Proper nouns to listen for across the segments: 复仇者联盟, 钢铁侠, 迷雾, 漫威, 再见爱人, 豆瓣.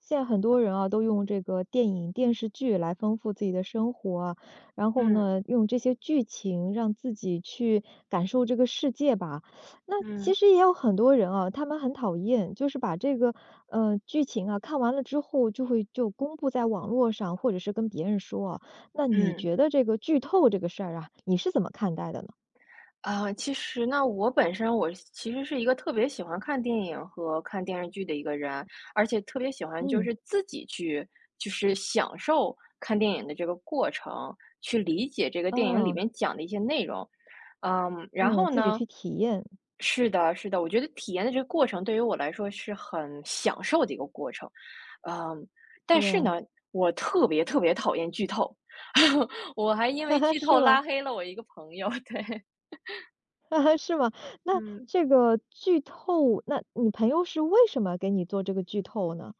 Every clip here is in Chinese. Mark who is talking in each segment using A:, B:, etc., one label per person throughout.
A: 现在很多人啊，都用这个电影、电视剧来丰富自己的生活啊。然后
B: 嗯
A: 呢，用这些剧情让自己去感受这个世界吧。那其
B: 嗯
A: 实也有很多人啊，他们很讨厌，就是把这个剧情啊看完了之后，就公布在网络上，或者是跟别人说啊。那你
B: 嗯，
A: 觉得这个剧透这个事儿啊，你是怎么看待的呢？
B: 啊，其实呢，我本身我是其实是一个特别喜欢看电影和看电视剧的一个人，而且特别喜欢就
A: 嗯。
B: 是自己去就是享受看电影的这个过程，去理解这个电影里
A: 哦。
B: 面讲的一些内容。嗯，然
A: 嗯，
B: 后
A: 自己
B: 呢，
A: 去体验。
B: 是的，是的，我觉得体验的这个过程对于我来说是很享受的一个过程，嗯，但是呢，
A: 对。
B: 我特别特别讨厌剧透。我还因为 剧
A: 是
B: 透
A: 吧？
B: 拉黑了我一个朋友，对。
A: 是吗？那
B: 嗯。
A: 这个剧透，那你朋友是为什么给你做这个剧透呢？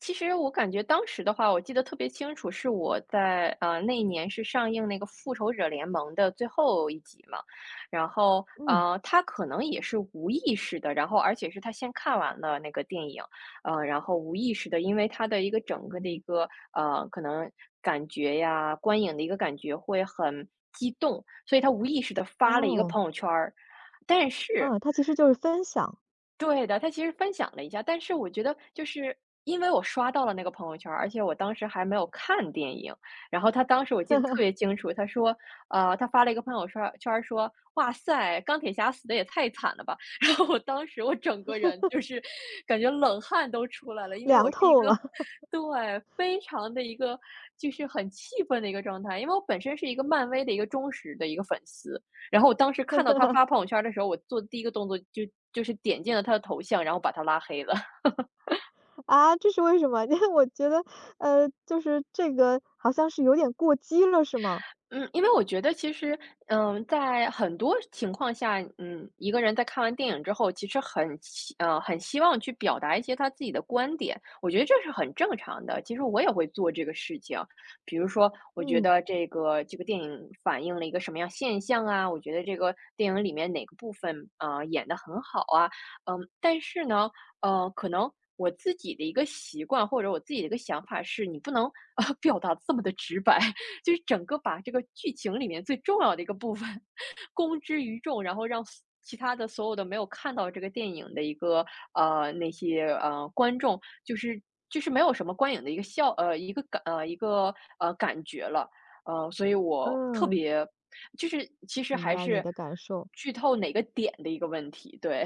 B: 其实我感觉当时的话，我记得特别清楚，是我在那一年是上映那个《复仇者联盟》的最后一集嘛。然后
A: 嗯。
B: 他可能也是无意识的，然后而且是他先看完了那个电影，然后无意识的，因为他的一个整个的一个可能感觉呀，观影的一个感觉会很激动，所以他无意识的发了一个
A: 哦。
B: 朋友圈儿。但是
A: 啊，他其实就是分享。
B: 对的，他其实分享了一下，但是我觉得就是因为我刷到了那个朋友圈儿，而且我当时还没有看电影。然后他当时我记得特别清楚，他说，他发了一个朋友圈儿说：“哇塞，钢铁侠死的也太惨了吧！” 然后我当时我整个人就是感觉冷汗都出来了，因为
A: 凉
B: 我是一
A: 透
B: 个
A: 了。
B: 对，非常的一个就是很气愤的一个状态，因为我本身是一个漫威的一个忠实的一个粉丝。然后我当时看到他发朋友圈的时候，我做第一个动作就就是点进了他的头像，然后把他拉黑了。
A: 啊，这是为什么？因为我觉得，就是这个好像是有点过激了，是吗？
B: 嗯，因为我觉得其实，嗯，在很多情况下，嗯，一个人在看完电影之后，其实很希望去表达一些他自己的观点，我觉得这是很正常的。其实我也会做这个事情，比如说，我觉
A: 嗯。
B: 得这个电影反映了一个什么样现象啊，我觉得这个电影里面哪个部分啊，演的很好啊。嗯，但是呢，可能。我自己的一个习惯，或者我自己的一个想法是，你不能 表达这么的直白，就是整个把这个剧情里面最重要的一个部分 公之于众，然后让所其他的所有的没有看到这个电影的一个那些观众，就是就是没有什么观影的一个效呃一个感呃一个呃感觉了。所以我特
A: 嗯，
B: 别就是其实
A: 明
B: 还
A: 白你
B: 是
A: 的感受。
B: 剧透哪个点的一个问题，对。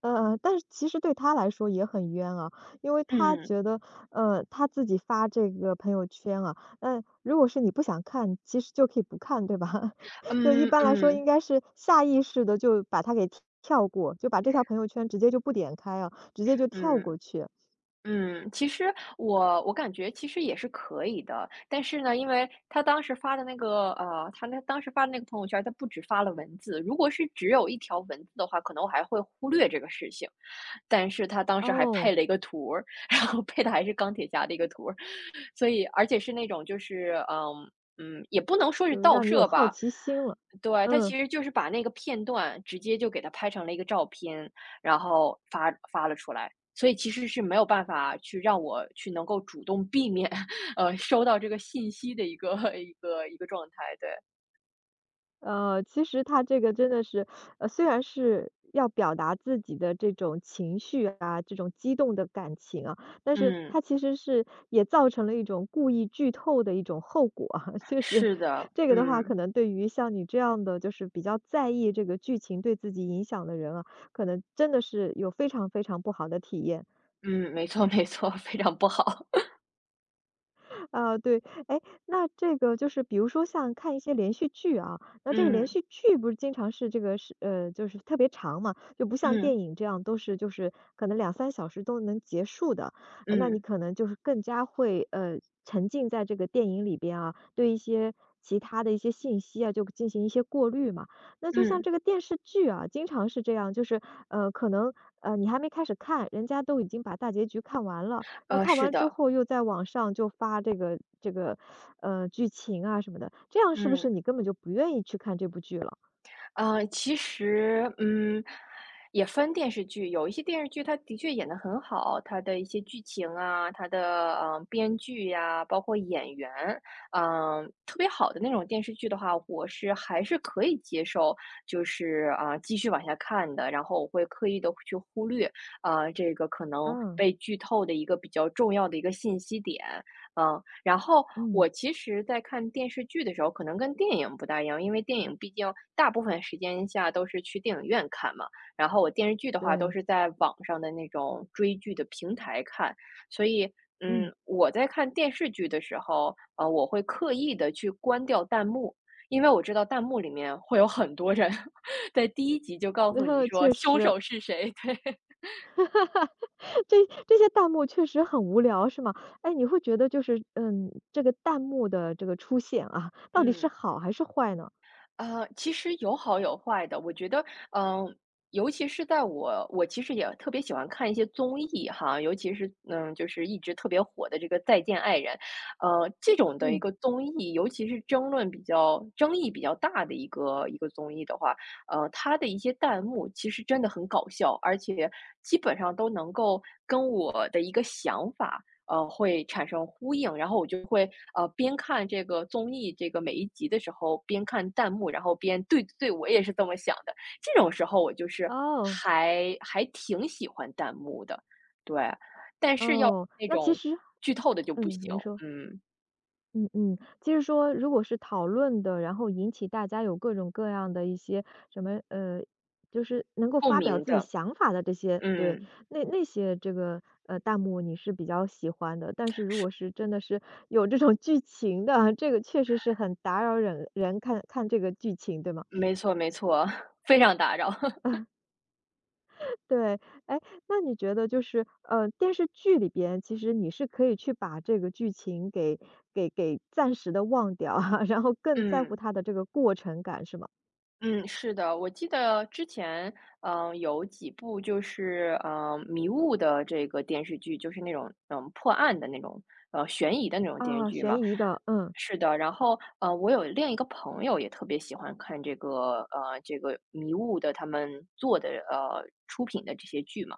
A: 但是其实对他来说也很冤啊，因为 他
B: 嗯
A: 觉得，他自己发这个朋友圈啊，嗯，如果是你不想看，其实就可以不看，对吧？就一
B: 嗯
A: 般来说应
B: 嗯
A: 该是下意识的就把它给跳过，就把这条朋友圈直接就不点开啊，直接就跳过
B: 嗯。
A: 去。
B: 嗯，其实我感觉其实也是可以的，但是呢，因为他当时发的那个他那当时发的那个朋友圈他不止发了文字，如果是只有一条文字的话，可能我还会忽略这个事情。但是他当时还
A: 哦，
B: 配了一个图儿 然后配的还是钢铁侠的一个图儿。所以而且是那种就是嗯嗯，也不能说是
A: 就
B: 盗
A: 让你有
B: 摄
A: 好
B: 吧。
A: 奇心了。
B: 对，他
A: 嗯。
B: 其实就是把那个片段直接就给他拍成了一个照片，然后发了出来。所以其实是没有办法去让我去能够主动避免，收到这个信息的一个 一个状态，对。
A: 其实他这个真的是，虽然是要表达自己的这种情绪啊，这种激动的感情啊，但是他
B: 嗯，
A: 其实是也造成了一种故意剧透的一种后果啊。就是
B: 是的，
A: 这个的话，可
B: 嗯，
A: 能对于像你这样的，就是比较在意这个剧情对自己影响的人啊，可能真的是有非常非常不好的体验。
B: 嗯，没错没错，非常不好。
A: 啊，对。哎，那这个就是比如说像看一些连续剧啊，那这个连
B: 嗯，
A: 续剧不是经常是这个是，就是特别长嘛，就不像
B: 嗯，
A: 电影这样都是就是可能两三小时都能结束的。那你
B: 嗯，
A: 可能就是更加会，沉浸在这个电影里边啊，对一些其他的一些信息啊，就进行一些过滤嘛。那就像
B: 嗯，
A: 这个电视剧啊，经常是这样，就是，呃，可能，你还没开始看，人家都已经把大结局看完了，然后看
B: 是
A: 完之
B: 的，
A: 后又在网上就发这个剧情啊什么的，这样是不
B: 嗯。
A: 是你根本就不愿意去看这部剧了？
B: 其实，嗯，也分电视剧，有一些电视剧它的确演得很好，它的一些剧情啊，它的编剧呀、包括演员，特别好的那种电视剧的话，我是还是可以接受，就是啊、继续往下看的，然后我会刻意的去忽略这个可能
A: 啊。
B: 被剧透的一个比较重要的一个信息点。嗯，然后
A: 嗯。
B: 我其实在看电视剧的时候，可能跟电影不大一样，因为电影毕竟大部分时间下都是去电影院看嘛，然后我电视剧的话都
A: 对。
B: 是在网上的那种追剧的平台看。所以，
A: 嗯。
B: 嗯，我在看电视剧的时候，我会刻意的去关掉弹幕，因为我知道弹幕里面会有很多人 在第一集就 告
A: 然
B: 诉你
A: 后
B: 说
A: 确
B: 凶
A: 实。
B: 手是谁，对。
A: 这些弹幕确实很无聊是吗？哎，你会觉得就是，嗯，这个弹幕的这个出现啊，到底是
B: 嗯。
A: 好还是坏呢？
B: 其实有好有坏的。我觉得，嗯、尤其是在我其实也特别喜欢看一些综艺哈，尤其是嗯，就是一直特别火的这个《再见爱人》，这种的一
A: 嗯。
B: 个综艺，尤其是争论比较争议比较大的一个综艺的话，它的一些弹幕其实真的很搞笑，而且基本上都能够跟我的一个想法。会产生呼应，然后我就会，边看这个综艺这个每一集的时候，边看弹幕，然后边对对，我也是这么想的。这种时候我就是
A: 哦。
B: 还还挺喜欢弹幕的，对。但是要
A: 哦，
B: 那
A: 那其
B: 种
A: 实
B: 剧透的就不
A: 嗯，
B: 行。
A: 您说。
B: 嗯，
A: 嗯嗯，其实说如果是讨论的，然后引起大家有各种各样的一些什么，就是能够
B: 共
A: 发表
B: 鸣
A: 自己
B: 的，
A: 想法的这些。对，
B: 嗯，
A: 那那些这个弹幕你是比较喜欢的。但是如果是真的是有这种剧情的，这个确实是很打扰人看这个剧情，对吗？
B: 没错没错，非常打扰。
A: 对。哎，那你觉得就是，电视剧里边，其实你是可以去把这个剧情给暂时的忘掉啊，然后更在乎
B: 嗯。
A: 它的这个过程感是吗？
B: 嗯，是的，我记得之前，有几部就是，迷雾的这个电视剧，就是那种，嗯，破案的那种，悬疑的那种电视
A: 啊，
B: 剧
A: 悬
B: 嘛。
A: 疑的。嗯。
B: 是的，然后，我有另一个朋友也特别喜欢看这个，这个迷雾的他们做的，出品的这些剧嘛。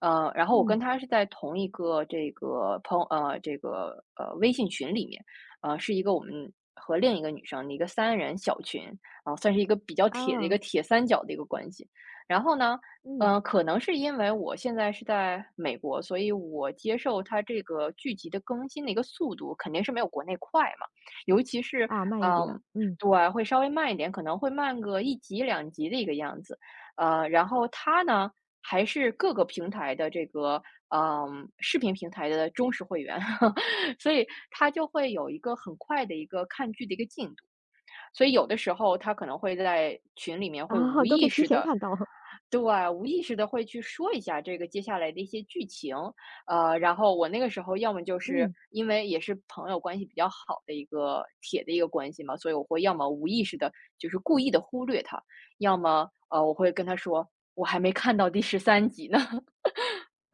B: 然后我
A: 嗯。
B: 跟他是在同一个这个这个，微信群里面，是一个我们和另一个女生的一个三人小群，啊，算是一个比较铁的一个
A: 啊。
B: 铁三角的一个关系。然后呢，
A: 嗯。
B: 可能是因为我现在是在美国，所以我接受它这个剧集的更新的一个速度肯定是没有国内快嘛。尤其是
A: 啊，慢一
B: 嗯，
A: 点。嗯。
B: 对，会稍微慢一点，可能会慢个一集两集的一个样子。然后他呢，还是各个平台的这个，嗯，视频平台的忠实会员。所以他就会有一个很快的一个看剧的一个进度。所以有的时候他可能会在群里面
A: 啊，
B: 会无
A: 都可以
B: 意
A: 提
B: 识
A: 前
B: 的，
A: 看到。
B: 对，无意识的会去说一下这个接下来的一些剧情。然后我那个时候要么就是
A: 嗯。
B: 因为也是朋友关系比较好的一个铁的一个关系嘛，所以我会要么无意识的，就是故意的忽略他，要么我会跟他说我还没看到第十三集呢。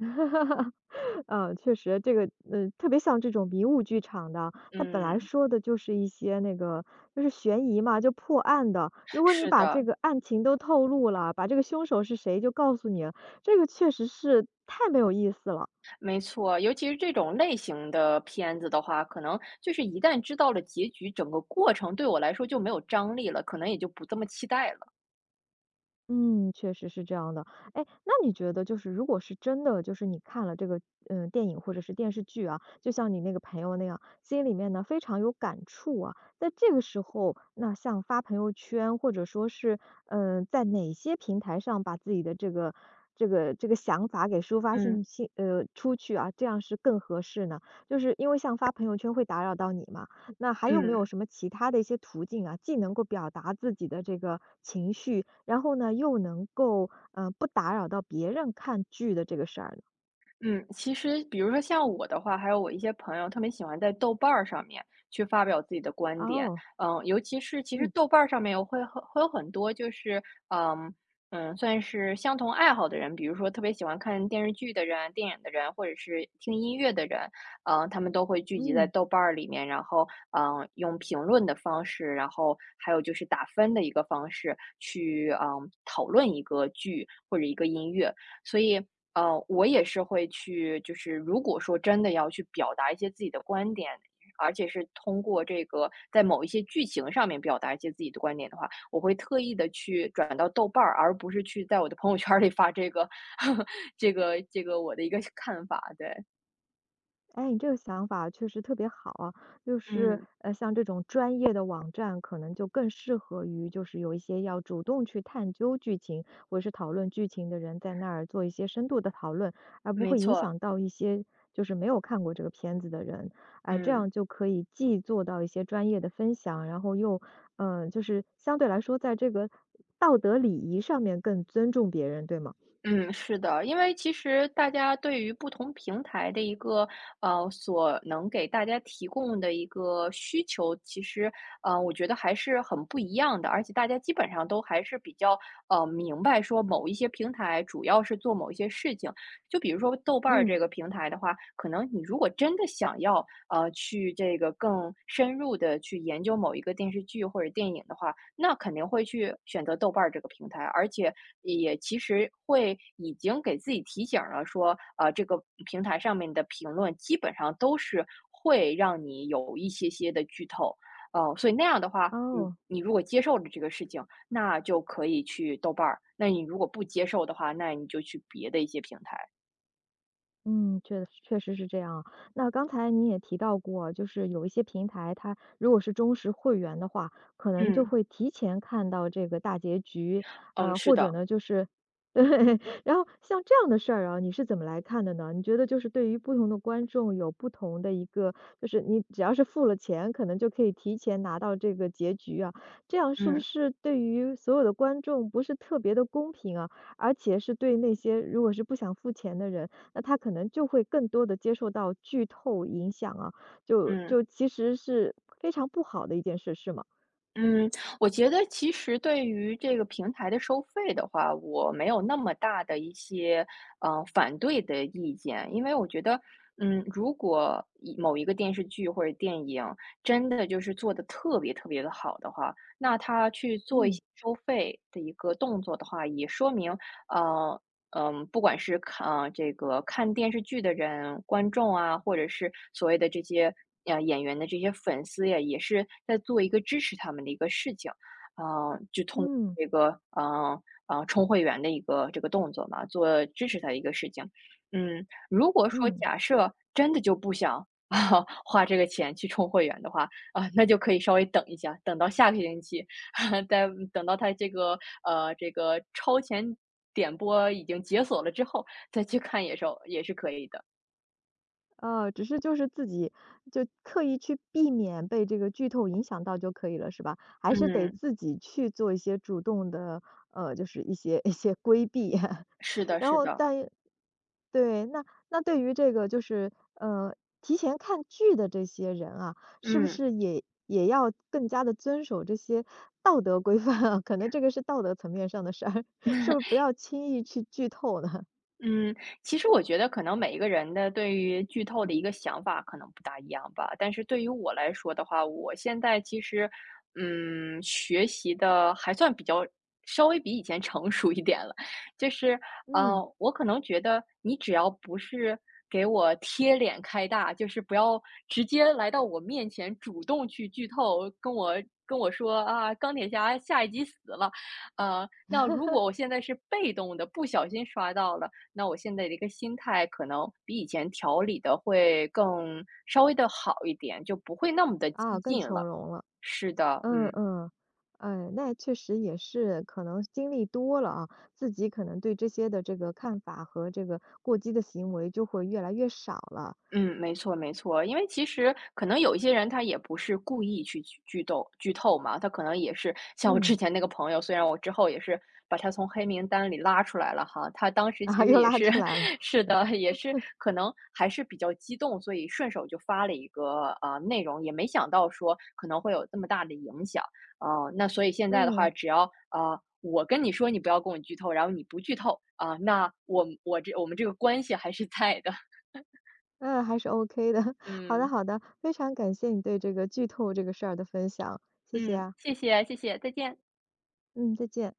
A: 嗯，确实，这个，特别像这种迷雾剧场的，它本来
B: 嗯，
A: 说的就是一些那个，就是悬疑嘛，就破案的。如果你
B: 是
A: 把这
B: 的。
A: 个案情都透露了，把这个凶手是谁就告诉你了，这个确实是太没有意思了。
B: 没错，尤其是这种类型的片子的话，可能就是一旦知道了结局，整个过程对我来说就没有张力了，可能也就不这么期待了。
A: 嗯，确实是这样的。哎，那你觉得就是如果是真的，就是你看了这个电影或者是电视剧啊，就像你那个朋友那样，心里面呢非常有感触啊，在这个时候，那像发朋友圈或者说是在哪些平台上把自己的这个想法给抒发
B: 嗯。
A: 信息呃出去啊，这样是更合适呢？就是因为像发朋友圈会打扰到你嘛，那还有没有
B: 嗯。
A: 什么其他的一些途径啊，既能够表达自己的这个情绪，然后呢，又能够，嗯不打扰到别人看剧的这个事儿呢？
B: 嗯，其实比如说像我的话，还有我一些朋友特别喜欢在豆瓣儿上面去发表自己的观点。
A: 哦。
B: 嗯，尤其是其实
A: 嗯。
B: 豆瓣儿上面有会很会有很多就是，嗯嗯，算是相同爱好的人，比如说特别喜欢看电视剧的人、电影的人，或者是听音乐的人，嗯，他们都会聚集在
A: 嗯。
B: 豆瓣儿里面，然后嗯，用评论的方式，然后还有就是打分的一个方式去嗯讨论一个剧或者一个音乐。所以。我也是会去就是如果说真的要去表达一些自己的观点，而且是通过这个在某一些剧情上面表达一些自己的观点的话，我会特意的去转到豆瓣儿，而不是去在我的朋友圈儿里发这个 这个我的一个看法，对。
A: 哎，你这个想法确实特别好啊，就是
B: 嗯，
A: 像这种专业的网站，可能就更适合于就是有一些要主动去探究剧情或者是讨论剧情的人，在那儿做一些深度的讨论，而不
B: 没
A: 会影
B: 错，
A: 响到一些就是没有看过这个片子的人。哎、这
B: 嗯。
A: 样就可以既做到一些专业的分享，然后又就是相对来说在这个道德礼仪上面更尊重别人，对吗？
B: 嗯，是的，因为其实大家对于不同平台的一个所能给大家提供的一个需求，其实我觉得还是很不一样的，而且大家基本上都还是比较明白说某一些平台主要是做某一些事情，就比如说豆瓣儿
A: 嗯。
B: 这个平台的话，可能你如果真的想要去这个更深入的去研究某一个电视剧或者电影的话，那肯定会去选择豆瓣儿这个平台，而且也其实会已经给自己提醒了说，这个平台上面的评论基本上都是会让你有一些些的剧透。哦，所以那样的话，你
A: 哦。
B: 你如果接受了这个事情，那就可以去豆瓣儿；那你如果不接受的话，那你就去别的一些平台。
A: 嗯，确确实是这样。那刚才你也提到过，就是有一些平台，它如果是忠实会员的话，可能就
B: 嗯，
A: 会提前看到这个大结局，
B: 嗯，是
A: 或者
B: 的，
A: 呢，就是 对。然后像这样的事儿啊，你是怎么来看的呢？你觉得就是对于不同的观众有不同的一个，就是你只要是付了钱，可能就可以提前拿到这个结局啊，这样是不
B: 嗯
A: 是对于所有的观众不是特别的公平啊？而且是对那些如果是不想付钱的人。那他可能就会更多的接受到剧透影响啊，就
B: 嗯
A: 就其实是非常不好的一件事，是吗？
B: 嗯，我觉得其实对于这个平台的收费的话，我没有那么大的一些反对的意见，因为我觉得，嗯，如果某一个电视剧或者电影真的就是做的特别特别的好的话，那他去做一
A: 嗯。
B: 些收费的一个动作的话，也说明，呃。嗯，不管是看啊，这个看电视剧的人、观众啊，或者是所谓的这些演员的这些粉丝呀，也是在做一个支持他们的一个事情，嗯，就通过
A: 嗯。
B: 这个充会员的一个这个动作嘛，做支持他的一个事情。嗯，如果说
A: 嗯。
B: 假设真的就不想 啊花这个钱去充会员的话，啊、那就可以稍微等一下，等到下个星期，在等到它这个这个超前点播已经解锁了之后，再去看野兽也是可以的。
A: 只是就是自己就刻意去避免被这个剧透影响到就可以了，是吧？还是得
B: 嗯，
A: 自己去做一些主动的，就是一些 一些规避。
B: 是的，
A: 然
B: 是
A: 后
B: 的，
A: 但对。那那对于这个就是，提前看剧的这些人啊，是不
B: 嗯。
A: 是也要更加的遵守这些道德规范啊？可能这个是道德层面上的事儿。是不是 不要轻易去剧透呢？
B: 嗯，其实我觉得可能每一个人的对于剧透的一个想法可能不大一样吧，但是对于我来说的话，我现在其实，嗯，学习的还算比较稍微比以前成熟一点了，就是，
A: 嗯。
B: 我可能觉得你只要不是给我贴脸开大，就是不要直接来到我面前主动去剧透，跟我说啊，钢铁侠下一集死了，那如果我现在是被动的，不小心刷到了。那我现在的一个心态可能比以前调理的会更稍微的好一点，就不会那么的激
A: 啊，更
B: 进
A: 从
B: 了。
A: 容了。
B: 是的，
A: 嗯
B: 嗯。
A: 嗯。哎，那确实也是，可能经历多了啊，自己可能对这些的这个看法和这个过激的行为就会越来越少了。
B: 嗯，没错没错，因为其实可能有一些人他也不是故意去剧透嘛，他可能也是像我
A: 嗯。
B: 之前那个朋友，虽然我之后也是把他从黑名单里拉出来了哈，他当 时
A: 啊，
B: 其实
A: 又
B: 也
A: 拉
B: 是
A: 出来了。
B: 是的，也是可能还是比较激动，所以顺手就发了一个内容，也没想到说可能会有这么大的影响，呃，那所以现在的话，
A: 嗯。
B: 只要我跟你说你不要跟我剧透，然后你不剧透啊、那我们这个关系还是在的，
A: 嗯，还是 OK 的。好的
B: 嗯。
A: 好的，非常感谢你对这个剧透这个事儿的分享，谢谢
B: 嗯，
A: 啊。
B: 谢谢谢谢，再见。
A: 嗯，再见。